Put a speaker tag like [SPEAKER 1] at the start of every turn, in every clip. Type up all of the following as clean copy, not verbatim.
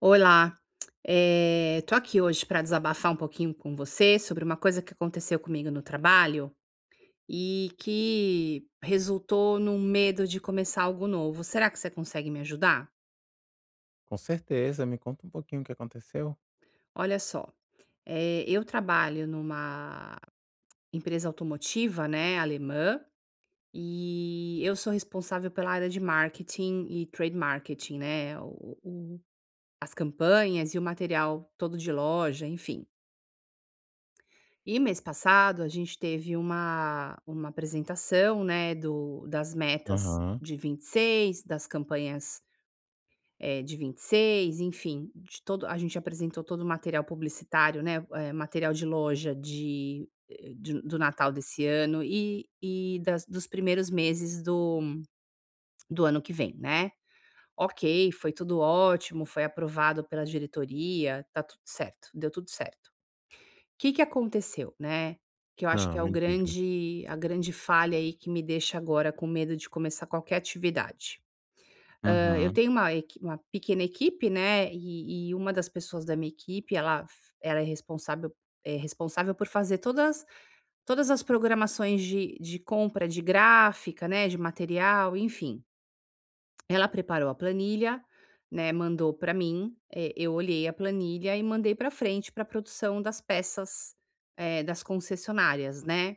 [SPEAKER 1] Olá, tô aqui hoje para desabafar um pouquinho com você sobre uma coisa que aconteceu comigo no trabalho e que resultou num medo de começar algo novo. Será que você consegue me ajudar?
[SPEAKER 2] Com certeza, me conta um pouquinho o que aconteceu.
[SPEAKER 1] Olha só, eu trabalho numa empresa automotiva, né, alemã, e eu sou responsável pela área de marketing e trade marketing, né, as campanhas e o material todo de loja, enfim. E mês passado a gente teve uma apresentação, né, do das metas
[SPEAKER 2] Aham.
[SPEAKER 1] de 26 das campanhas, de 26, enfim, de todo a gente apresentou todo o material publicitário, né, material de loja de do Natal desse ano e das dos primeiros meses do ano que vem, né. Ok, foi tudo ótimo, foi aprovado pela diretoria, tá tudo certo, deu tudo certo. Que aconteceu, né, que eu acho
[SPEAKER 2] Hã,
[SPEAKER 1] que é o
[SPEAKER 2] me diga.
[SPEAKER 1] grande a grande falha aí que me deixa agora com medo de começar qualquer atividade. Eu
[SPEAKER 2] Uhum.
[SPEAKER 1] tenho uma pequena equipe, né, e uma das pessoas da minha equipe ela é responsável por fazer todas as programações de compra de gráfica, né, de material, enfim. Ela preparou a planilha, né, mandou para mim, eu olhei a planilha e mandei para frente para a produção das peças, das concessionárias, né,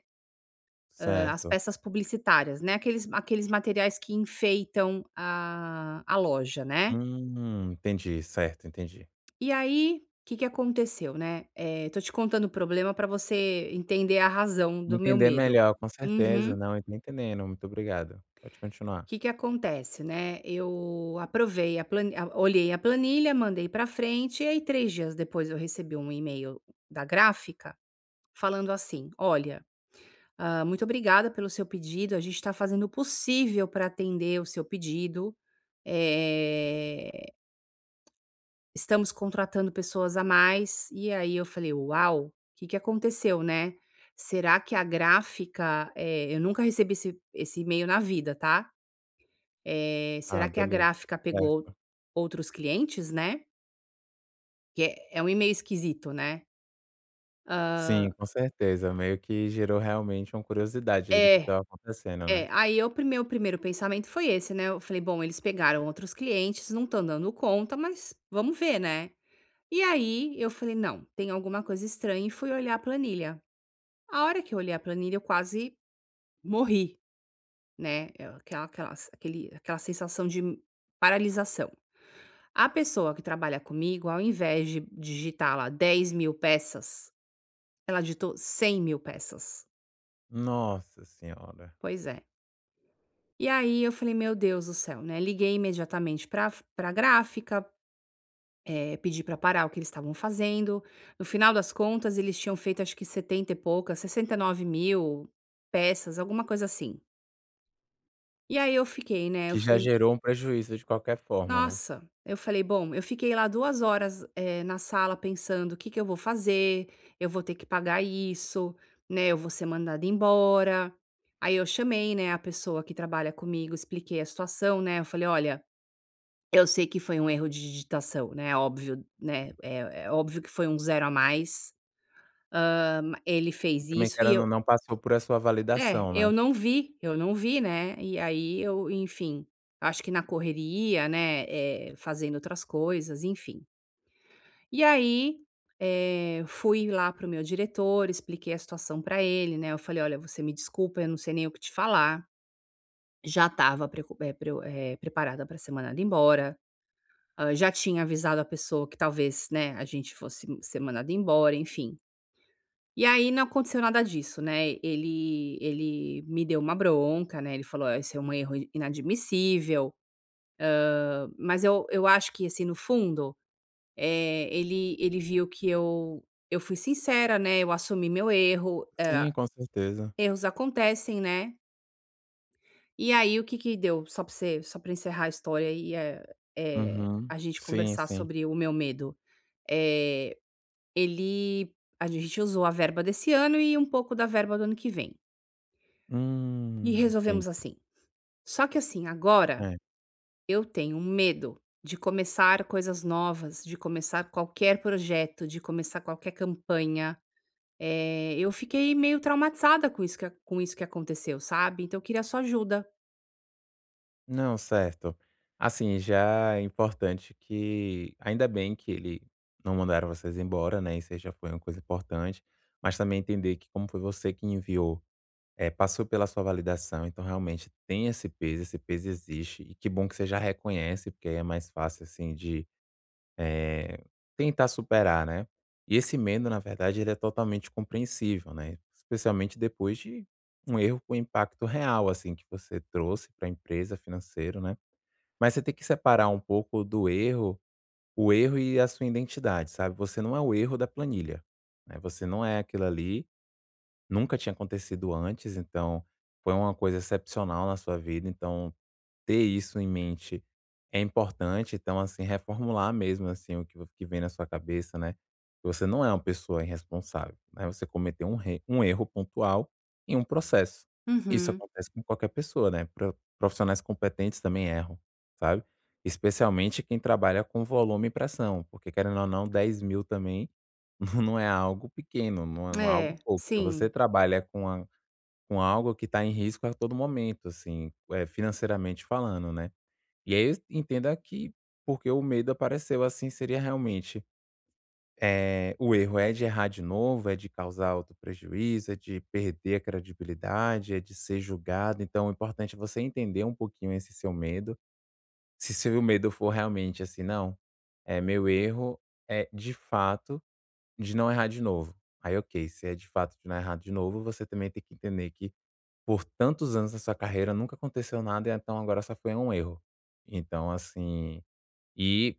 [SPEAKER 1] as
[SPEAKER 2] Certo.
[SPEAKER 1] peças publicitárias, né, aqueles materiais que enfeitam a loja, né.
[SPEAKER 2] Entendi, certo, entendi.
[SPEAKER 1] E aí, o que que aconteceu, né, tô te contando o problema para você entender a razão do meu
[SPEAKER 2] Entender
[SPEAKER 1] medo.
[SPEAKER 2] melhor, com certeza.
[SPEAKER 1] Uhum.
[SPEAKER 2] Não, eu tô entendendo, muito obrigado. Pode continuar.
[SPEAKER 1] Que acontece, né, eu aprovei a olhei a planilha, mandei para frente e aí 3 dias depois eu recebi um e-mail da gráfica falando assim: "Olha, muito obrigada pelo seu pedido, a gente está fazendo o possível para atender o seu pedido, eh, estamos contratando pessoas a mais". E aí eu falei: "Uau, o que que aconteceu, né? Será que a gráfica", eu nunca recebi esse e-mail na vida, tá?
[SPEAKER 2] Ah,
[SPEAKER 1] Será que a
[SPEAKER 2] beleza.
[SPEAKER 1] gráfica pegou
[SPEAKER 2] Certo.
[SPEAKER 1] outros clientes, né, que é um e-mail esquisito, né.
[SPEAKER 2] Sim,
[SPEAKER 1] Hã,
[SPEAKER 2] com certeza, meio que gerou realmente uma curiosidade ali do que
[SPEAKER 1] é,
[SPEAKER 2] estava acontecendo, né.
[SPEAKER 1] aí eu meu primeiro pensamento foi esse, né, eu falei: "Bom, eles pegaram outros clientes, não estão dando conta, mas vamos ver, né". E aí eu falei: "Não, tem alguma coisa estranha" e fui olhar a planilha. A hora que eu olhei a planilha eu quase morri, né. Aquela sensação de paralisação. A pessoa que trabalha comigo, ao invés de digitar lá 10 mil peças, ela digitou 100 mil peças.
[SPEAKER 2] Nossa senhora,
[SPEAKER 1] Pois é. E aí eu falei: "Meu Deus do céu", né. Liguei imediatamente para pra gráfica, pedi para parar o que eles estavam fazendo. No final das contas, eles tinham feito acho que 70 e poucas, 69 mil peças, alguma coisa assim. E aí eu fiquei, né, eu
[SPEAKER 2] que já
[SPEAKER 1] falei:
[SPEAKER 2] gerou um prejuízo de qualquer forma, né.
[SPEAKER 1] "Nossa". Eu falei: "Bom, eu fiquei lá 2 horas, na sala pensando: o que que eu vou fazer? Eu vou ter que pagar isso, né, eu vou ser mandada embora". Aí eu chamei, né, a pessoa que trabalha comigo, expliquei a situação, né, eu falei: "Olha, eu sei que foi um erro de digitação, né, óbvio, né, é óbvio que foi um zero a mais, ele
[SPEAKER 2] E
[SPEAKER 1] fez
[SPEAKER 2] também
[SPEAKER 1] isso e
[SPEAKER 2] querendo
[SPEAKER 1] eu".
[SPEAKER 2] ou não passou por a sua
[SPEAKER 1] É,
[SPEAKER 2] validação, né.
[SPEAKER 1] eu não vi, né, e aí eu, enfim, acho que na correria, né, fazendo outras coisas, enfim. E aí, fui lá pro meu diretor, expliquei a situação para ele, né, eu falei: "Olha, você me desculpa, eu não sei nem o que te falar, já estava eh, preparada para ser mandada embora, já tinha avisado a pessoa que talvez, né, a gente fosse ser mandada embora", enfim. E aí não aconteceu nada disso, né, ele me deu uma bronca, né, ele falou: "Olha, isso é um erro inadmissível". Ah, mas eu acho que, assim, no fundo, ele viu que eu fui sincera, né, eu assumi meu erro,
[SPEAKER 2] Sim, com certeza.
[SPEAKER 1] erros acontecem, né. E aí o que que deu, só pra encerrar a história e
[SPEAKER 2] Uhum.
[SPEAKER 1] a gente
[SPEAKER 2] Sim,
[SPEAKER 1] conversar
[SPEAKER 2] sim.
[SPEAKER 1] sobre o meu medo. Eh, ele a gente usou a verba desse ano e um pouco da verba do ano que vem, e resolvemos
[SPEAKER 2] Entendi.
[SPEAKER 1] assim. Só que assim, agora
[SPEAKER 2] É.
[SPEAKER 1] eu tenho um medo de começar coisas novas, de começar qualquer projeto, de começar qualquer campanha. Eu fiquei meio traumatizada com isso que aconteceu, sabe. Então eu queria sua ajuda.
[SPEAKER 2] Não, certo. Assim, já é importante que ainda bem que ele não mandaram vocês embora, né, isso aí já foi uma coisa importante, mas também entender que como foi você que enviou, é passou pela sua validação, então realmente tem esse peso existe, e que bom que você já reconhece, porque aí é mais fácil, assim, de Eh, tentar superar, né. E esse medo, na verdade, ele é totalmente compreensível, né, especialmente depois de um erro com impacto real, assim, que você trouxe para a empresa, financeiro, né. Mas você tem que separar um pouco do erro o erro e a sua identidade, sabe. Você não é o erro da planilha, né, você não é aquilo ali, nunca tinha acontecido antes, então foi uma coisa excepcional na sua vida, então ter isso em mente é importante, então, assim, reformular mesmo, assim, o que vo que vem na sua cabeça, né, que você não é uma pessoa irresponsável, né, você cometeu um re um erro pontual em um processo. Isso
[SPEAKER 1] Uhum.
[SPEAKER 2] acontece com qualquer pessoa, né, pro profissionais competentes também erram, sabe, especialmente quem trabalha com volume e pressão, porque querendo ou não 10.000 também não é algo pequeno, não é
[SPEAKER 1] É,
[SPEAKER 2] algo pouco. Então você
[SPEAKER 1] sim.
[SPEAKER 2] trabalha com a com algo que está em risco a todo momento, assim, financeiramente falando, né. E aí entenda que porque o medo apareceu, assim, seria realmente, o erro é de errar de novo, é de causar outro prejuízo, é de perder a credibilidade, é de ser julgado. Então o importante é você entender um pouquinho esse seu medo. Se seu medo for realmente assim: "Não, é meu erro é de fato de não errar de novo". Aí ok, se é de fato de não errar de novo, você também tem que entender que por tantos anos da sua carreira nunca aconteceu nada e então agora só foi um erro. Então assim e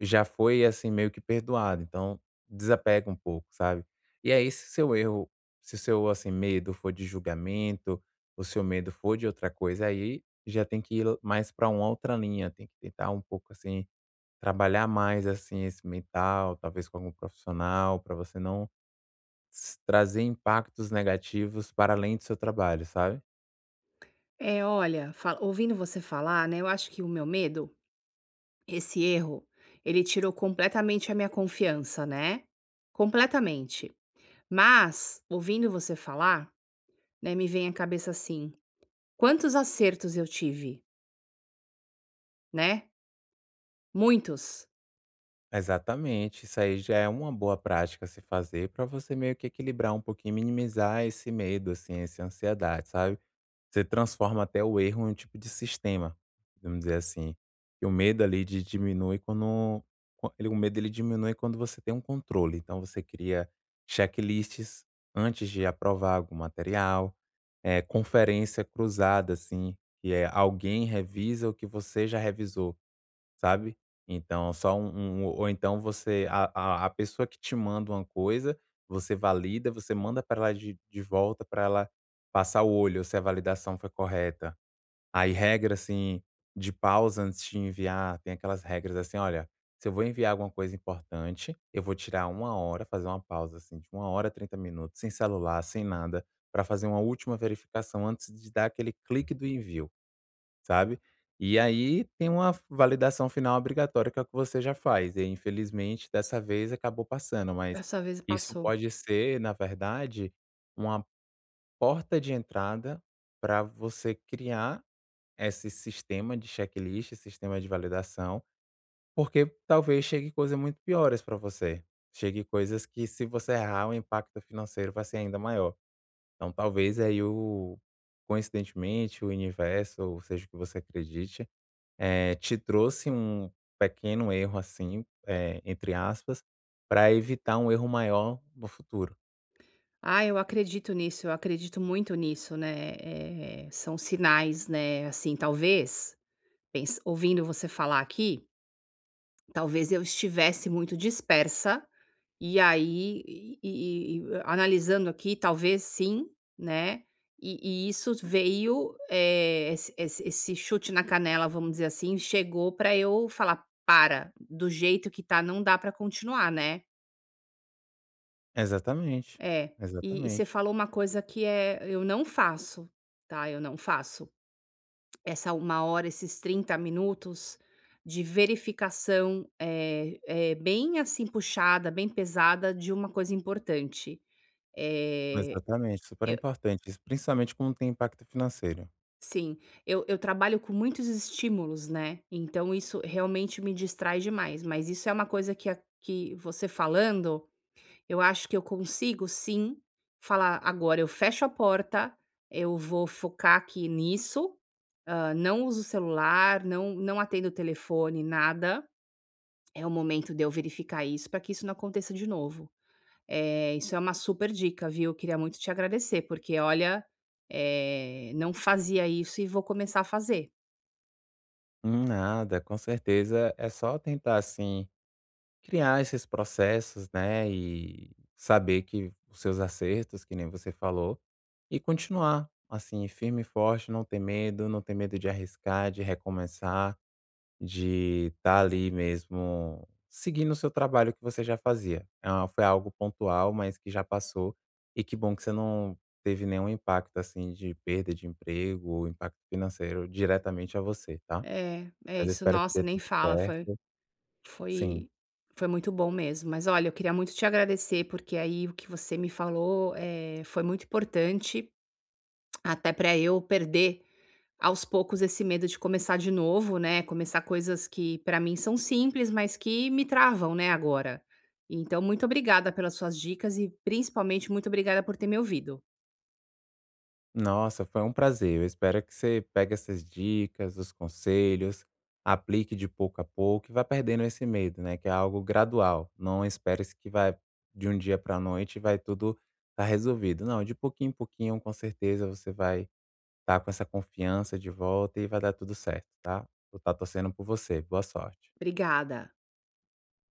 [SPEAKER 2] já foi, assim, meio que perdoado, então desapega um pouco, sabe. E aí se seu erro se o seu, assim, medo for de julgamento, o seu medo for de outra coisa, aí já tem que ir mais pra uma outra linha, tem que tentar um pouco, assim, trabalhar mais, assim, esse mental, talvez com algum profissional, pra você não s trazer impactos negativos para além do seu trabalho, sabe.
[SPEAKER 1] É, olha, fa ouvindo você falar, né, eu acho que o meu medo, esse erro, ele tirou completamente a minha confiança, né, completamente. Mas, ouvindo você falar, né, me vem à cabeça assim: quantos acertos eu tive, né, muitos.
[SPEAKER 2] Exatamente, isso aí já é uma boa prática se fazer para você meio que equilibrar um pouquinho, minimizar esse medo, assim, essa ansiedade, sabe? Você transforma até o erro em um tipo de sistema, vamos dizer assim. E o medo ali de diminui quando quan- ele- o medo ele diminui quando você tem um controle. Então você cria checklists antes de aprovar algum material, é, conferência cruzada, assim, que é alguém revisa o que você já revisou. Sabe? Então só um um ou então você a pessoa que te manda uma coisa, você valida, você manda para ela de volta para ela passar o olho se a validação foi correta. Aí regra, assim, de pausa antes de enviar, tem aquelas regras assim: "Olha, se eu vou enviar alguma coisa importante, eu vou tirar 1 hora, fazer uma pausa, assim, de 1 hora, 30 minutos, sem celular, sem nada, para fazer uma última verificação antes de dar aquele clique do envio". Sabe? E aí tem uma validação final obrigatória, que é o que você já faz, e infelizmente dessa vez acabou passando, mas
[SPEAKER 1] Essa vez
[SPEAKER 2] isso
[SPEAKER 1] passou.
[SPEAKER 2] pode ser, na verdade, uma porta de entrada para você criar esse sistema de checklist, esse sistema de validação, porque talvez chegue coisas muito piores para você. Chegue coisas que se você errar, o impacto financeiro vai ser ainda maior. Então talvez aí o coincidentemente o universo, ou seja o que você acredite, te trouxe um pequeno erro assim, entre aspas, para evitar um erro maior no futuro.
[SPEAKER 1] Ah, eu acredito nisso, eu acredito muito nisso, né, são sinais, né, assim, talvez, pens ouvindo você falar aqui. Talvez eu estivesse muito dispersa, e aí analisando aqui, talvez sim, né, e isso veio, esse chute na canela, vamos dizer assim, chegou para eu falar: "Para, do jeito que tá não dá para continuar, né".
[SPEAKER 2] Exatamente,
[SPEAKER 1] É. E e você
[SPEAKER 2] exatamente,
[SPEAKER 1] falou uma coisa que é eu não faço, tá, eu não faço. Essa uma hora, esses 30 minutos de verificação, é bem assim puxada, bem pesada de uma coisa importante. é
[SPEAKER 2] exatamente, super
[SPEAKER 1] eu
[SPEAKER 2] importante isso, principalmente quando tem impacto financeiro.
[SPEAKER 1] sim, eu trabalho com muitos estímulos, né, então isso realmente me distrai demais, mas isso é uma coisa que a que você falando. Eu acho que eu consigo sim falar: "Agora eu fecho a porta, eu vou focar aqui nisso, não uso o celular, não atendo o telefone, nada. É o momento de eu verificar isso para que isso não aconteça de novo". É, isso é uma super dica, viu. Eu queria muito te agradecer, porque olha, não fazia isso e vou começar a fazer.
[SPEAKER 2] Nada, com certeza é só tentar assim criar esses processos, né, e saber que os seus acertos, que nem você falou, e continuar assim firme e forte, não ter medo, não ter medo de arriscar, de recomeçar. De estar ali mesmo seguindo o seu trabalho que você já fazia. É uma foi algo pontual, mas que já passou, e que bom que você não teve nenhum impacto, assim, de perda de emprego ou impacto financeiro diretamente a você, tá.
[SPEAKER 1] É, é
[SPEAKER 2] Mas eu
[SPEAKER 1] isso.
[SPEAKER 2] espero que
[SPEAKER 1] Nossa,
[SPEAKER 2] dê
[SPEAKER 1] nem
[SPEAKER 2] tudo
[SPEAKER 1] fala, foi.
[SPEAKER 2] certo. Sim.
[SPEAKER 1] Foi foi muito bom mesmo, mas olha, eu queria muito te agradecer, porque aí o que você me falou, foi muito importante, até para eu perder aos poucos esse medo de começar de novo, né, começar coisas que para mim são simples, mas que me travam, né, agora. Então muito obrigada pelas suas dicas e principalmente muito obrigada por ter me ouvido.
[SPEAKER 2] Nossa, foi um prazer. Eu espero que você pegue essas dicas, os conselhos, aplique de pouco a pouco e vá perdendo esse medo, né? Que é algo gradual. Não espere que vai de um dia para a noite e vai tudo estar resolvido. Não, de pouquinho em pouquinho, com certeza você vai estar com essa confiança de volta e vai dar tudo certo, tá? Vou estar torcendo por você. Boa sorte.
[SPEAKER 1] Obrigada.